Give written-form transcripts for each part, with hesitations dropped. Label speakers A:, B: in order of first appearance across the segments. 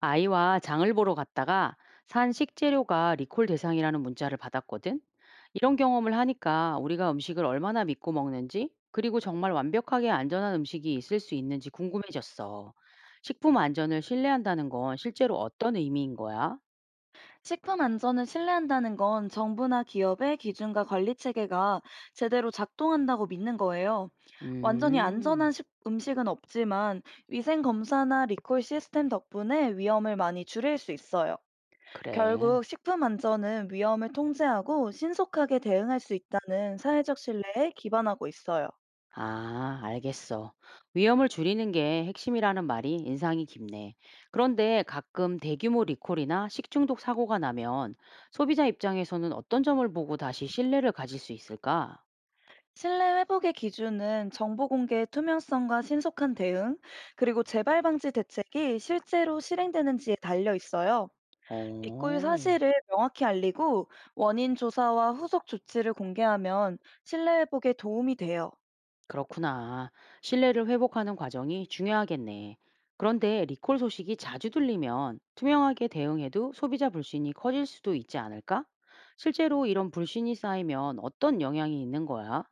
A: 아이와 장을 보러 갔다가 산 식재료가 리콜 대상이라는 문자를 받았거든. 이런 경험을 하니까 우리가 음식을 얼마나 믿고 먹는지, 그리고 정말 완벽하게 안전한 음식이 있을 수 있는지 궁금해졌어. 식품 안전을 신뢰한다는 건 실제로 어떤 의미인 거야?
B: 식품 안전을 신뢰한다는 건 정부나 기업의 기준과 관리 체계가 제대로 작동한다고 믿는 거예요. 완전히
A: 음,
B: 안전한 음식은 없지만 위생 검사나 리콜 시스템 덕분에 위험을 많이 줄일 수 있어요.
A: 그래.
B: 결국 식품 안전은 위험을 통제하고 신속하게 대응할 수 있다는 사회적 신뢰에 기반하고 있어요.
A: 아, 알겠어. 위험을 줄이는 게 핵심이라는 말이 인상이 깊네. 그런데 가끔 대규모 리콜이나 식중독 사고가 나면 소비자 입장에서는 어떤 점을 보고 다시 신뢰를 가질 수 있을까?
B: 신뢰 회복의 기준은 정보 공개의 투명성과 신속한 대응, 그리고 재발 방지 대책이 실제로 실행되는지에 달려 있어요. 리콜
A: 어,
B: 사실을 명확히 알리고 원인 조사와 후속 조치를 공개하면 신뢰 회복에 도움이 돼요.
A: 그렇구나. 신뢰를 회복하는 과정이 중요하겠네. 그런데 리콜 소식이 자주 들리면 투명하게 대응해도 소비자 불신이 커질 수도 있지 않을까? 실제로 이런 불신이 쌓이면 어떤 영향이 있는 거야?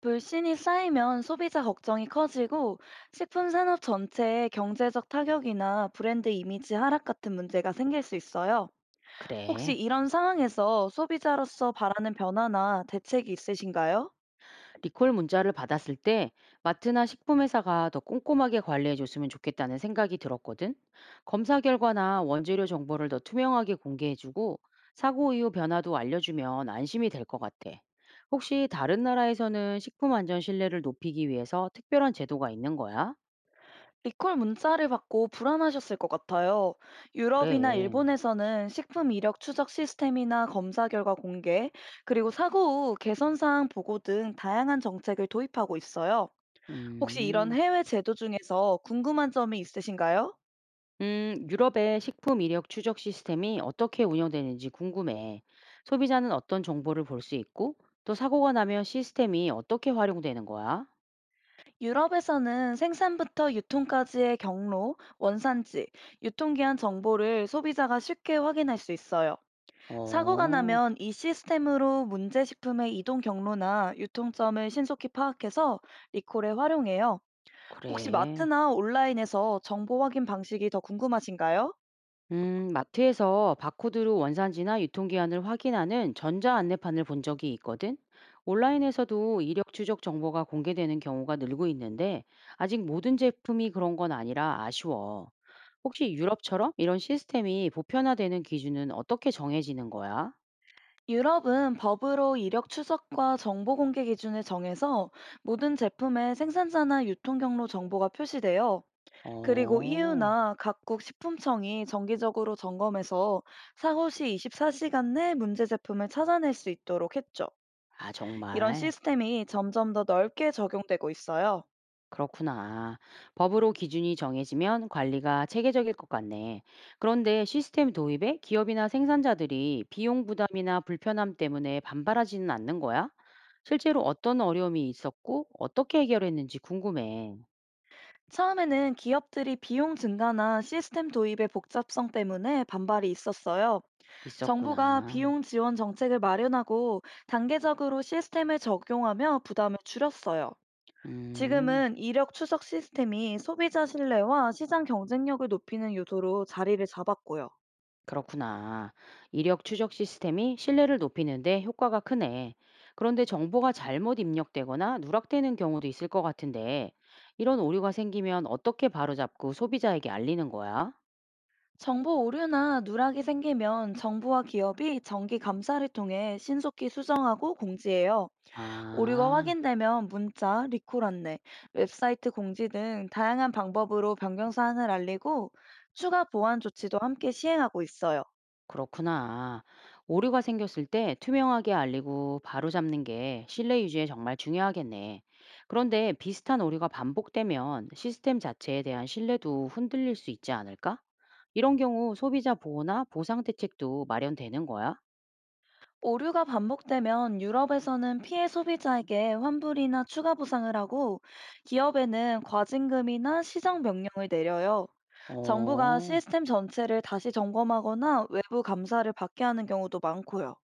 B: 불신이 쌓이면 소비자 걱정이 커지고 식품 산업 전체에 경제적 타격이나 브랜드 이미지 하락 같은 문제가 생길 수 있어요. 혹시
A: 그래.
B: 이런 상황에서 소비자로서 바라는 변화나 대책이 있으신가요?
A: 리콜 문자를 받았을 때 마트나 식품회사가 더 꼼꼼하게 관리해줬으면 좋겠다는 생각이 들었거든. 검사 결과나 원재료 정보를 더 투명하게 공개해주고 사고 이후 변화도 알려주면 안심이 될 것 같아. 혹시 다른 나라에서는 식품 안전 신뢰를 높이기 위해서 특별한 제도가 있는 거야?
B: 리콜 문자를 받고 불안하셨을 것 같아요. 유럽이나
A: 그래.
B: 일본에서는 식품 이력 추적 시스템이나 검사 결과 공개, 그리고 사고 후 개선 사항 보고 등 다양한 정책을 도입하고 있어요. 혹시 이런
A: 음.
B: 해외 제도 중에서 궁금한 점이 있으신가요?
A: 유럽의 식품 이력 추적 시스템이 어떻게 운영되는지 궁금해. 소비자는 어떤 정보를 볼 수 있고, 또 사고가 나면 시스템이 어떻게 활용되는 거야?
B: 유럽에서는 생산부터 유통까지의 경로, 원산지, 유통기한 정보를 소비자가 쉽게 확인할 수 있어요. 사고가
A: 어,
B: 나면 이 시스템으로 문제 식품의 이동 경로나 유통점을 신속히 파악해서 리콜에 활용해요. 혹시
A: 그래.
B: 마트나 온라인에서 정보 확인 방식이 더 궁금하신가요?
A: 마트에서 바코드로 원산지나 유통기한을 확인하는 전자 안내판을 본 적이 있거든. 온라인에서도 이력 추적 정보가 공개되는 경우가 늘고 있는데, 아직 모든 제품이 그런 건 아니라 아쉬워. 혹시 유럽처럼 이런 시스템이 보편화되는 기준은 어떻게 정해지는 거야?
B: 유럽은 법으로 이력 추적과 정보 공개 기준을 정해서 모든 제품의 생산자나 유통 경로 정보가 표시돼요. 그리고
A: 어,
B: EU나 각국 식품청이 정기적으로 점검해서 사고 시 24시간 내 문제 제품을 찾아낼 수 있도록 했죠.
A: 아,
B: 이런
A: 정말.
B: 시스템이 점점 더 넓게 적용되고 있어요.
A: 그렇구나. 법으로 기준이 정해지면 관리가 체계적일 것 같네. 그런데 시스템 도입에 기업이나 생산자들이 비용 부담이나 불편함 때문에 반발하지는 않는 거야? 실제로 어떤 어려움이 있었고 어떻게 해결했는지 궁금해.
B: 처음에는 기업들이 비용 증가나 시스템 도입의 복잡성 때문에 반발이 있었어요. 정부가
A: 있었구나.
B: 비용 지원 정책을 마련하고 단계적으로 시스템을 적용하며 부담을 줄였어요.
A: 음.
B: 지금은 이력 추적 시스템이 소비자 신뢰와 시장 경쟁력을 높이는 요소로 자리를 잡았고요.
A: 그렇구나. 이력 추적 시스템이 신뢰를 높이는데 효과가 크네. 그런데 정보가 잘못 입력되거나 누락되는 경우도 있을 것 같은데, 이런 오류가 생기면 어떻게 바로잡고 소비자에게 알리는 거야?
B: 정보 오류나 누락이 생기면 정부와 기업이 정기 감사를 통해 신속히 수정하고 공지해요. 오류가
A: 아.
B: 확인되면 문자, 리콜 안내, 웹사이트 공지 등 다양한 방법으로 변경 사항을 알리고 추가 보안 조치도 함께 시행하고 있어요.
A: 그렇구나. 오류가 생겼을 때 투명하게 알리고 바로 잡는 게 신뢰 유지에 정말 중요하겠네. 그런데 비슷한 오류가 반복되면 시스템 자체에 대한 신뢰도 흔들릴 수 있지 않을까? 이런 경우 소비자 보호나 보상 대책도 마련되는 거야?
B: 오류가 반복되면 유럽에서는 피해 소비자에게 환불이나 추가 보상을 하고 기업에는 과징금이나 시정 명령을 내려요. 정부가
A: 어.
B: 시스템 전체를 다시 점검하거나 외부 감사를 받게 하는 경우도 많고요.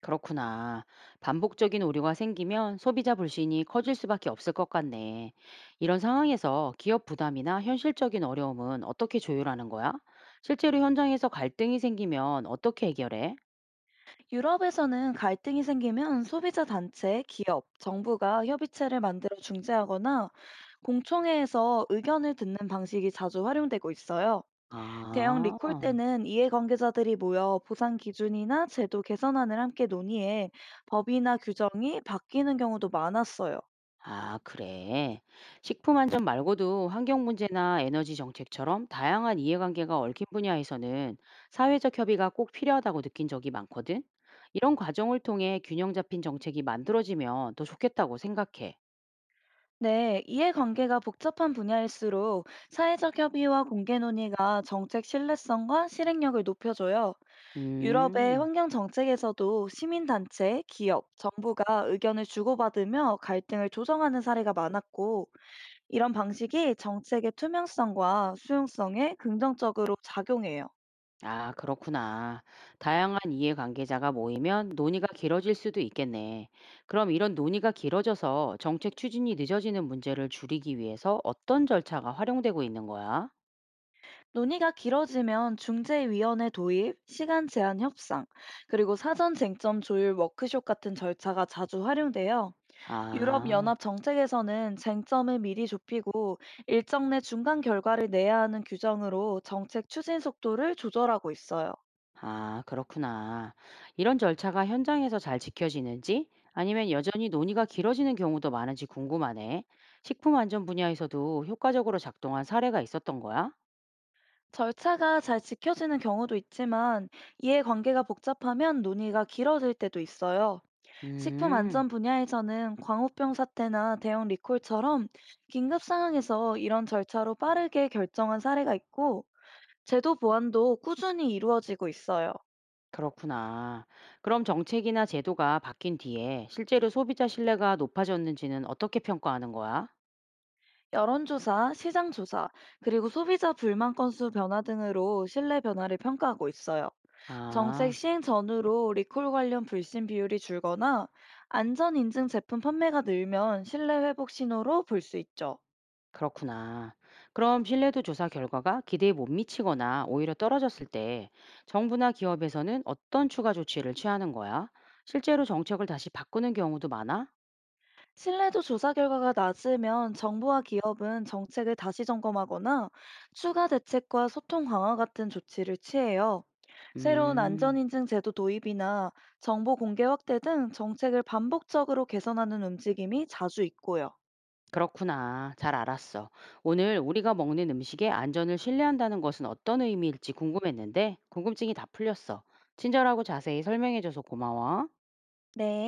A: 그렇구나. 반복적인 오류가 생기면 소비자 불신이 커질 수밖에 없을 것 같네. 이런 상황에서 기업 부담이나 현실적인 어려움은 어떻게 조율하는 거야? 실제로 현장에서 갈등이 생기면 어떻게 해결해?
B: 유럽에서는 갈등이 생기면 소비자 단체, 기업, 정부가 협의체를 만들어 중재하거나 공청회에서 의견을 듣는 방식이 자주 활용되고 있어요. 대형
A: 아,
B: 리콜 때는 이해관계자들이 모여 보상 기준이나 제도 개선안을 함께 논의해 법이나 규정이 바뀌는 경우도 많았어요.
A: 아, 그래. 식품 안전 말고도 환경 문제나 에너지 정책처럼 다양한 이해관계가 얽힌 분야에서는 사회적 협의가 꼭 필요하다고 느낀 적이 많거든. 이런 과정을 통해 균형 잡힌 정책이 만들어지면 더 좋겠다고 생각해.
B: 네, 이해관계가 복잡한 분야일수록 사회적 협의와 공개 논의가 정책 신뢰성과 실행력을 높여줘요. 유럽의
A: 음.
B: 환경 정책에서도 시민단체, 기업, 정부가 의견을 주고받으며 갈등을 조정하는 사례가 많았고, 이런 방식이 정책의 투명성과 수용성에 긍정적으로 작용해요.
A: 아, 그렇구나. 다양한 이해관계자가 모이면 논의가 길어질 수도 있겠네. 그럼 이런 논의가 길어져서 정책 추진이 늦어지는 문제를 줄이기 위해서 어떤 절차가 활용되고 있는 거야?
B: 논의가 길어지면 중재위원회 도입, 시간 제한 협상, 그리고 사전 쟁점 조율 워크숍 같은 절차가 자주 활용돼요.
A: 아,
B: 유럽연합 정책에서는 쟁점을 미리 좁히고 일정 내 중간 결과를 내야 하는 규정으로 정책 추진 속도를 조절하고 있어요.
A: 아, 그렇구나. 이런 절차가 현장에서 잘 지켜지는지 아니면 여전히 논의가 길어지는 경우도 많은지 궁금하네. 식품 안전 분야에서도 효과적으로 작동한 사례가 있었던 거야?
B: 절차가 잘 지켜지는 경우도 있지만 이해관계가 복잡하면 논의가 길어질 때도 있어요. 식품
A: 음.
B: 안전 분야에서는 광우병 사태나 대형 리콜처럼 긴급 상황에서 이런 절차로 빠르게 결정한 사례가 있고 제도 보완도 꾸준히 이루어지고 있어요.
A: 그렇구나. 그럼 정책이나 제도가 바뀐 뒤에 실제로 소비자 신뢰가 높아졌는지는 어떻게 평가하는 거야?
B: 여론조사, 시장조사, 그리고 소비자 불만 건수 변화 등으로 신뢰 변화를 평가하고 있어요.
A: 아,
B: 정책 시행 전후로 리콜 관련 불신 비율이 줄거나 안전 인증 제품 판매가 늘면 신뢰 회복 신호로 볼 수 있죠.
A: 그렇구나. 그럼 신뢰도 조사 결과가 기대에 못 미치거나 오히려 떨어졌을 때 정부나 기업에서는 어떤 추가 조치를 취하는 거야? 실제로 정책을 다시 바꾸는 경우도 많아?
B: 신뢰도 조사 결과가 낮으면 정부와 기업은 정책을 다시 점검하거나 추가 대책과 소통 강화 같은 조치를 취해요. 새로운
A: 음.
B: 안전인증 제도 도입이나 정보 공개 확대 등 정책을 반복적으로 개선하는 움직임이 자주 있고요.
A: 그렇구나. 잘 알았어. 오늘 우리가 먹는 음식의 안전을 신뢰한다는 것은 어떤 의미일지 궁금했는데, 궁금증이 다 풀렸어. 친절하고 자세히 설명해줘서 고마워.
B: 네.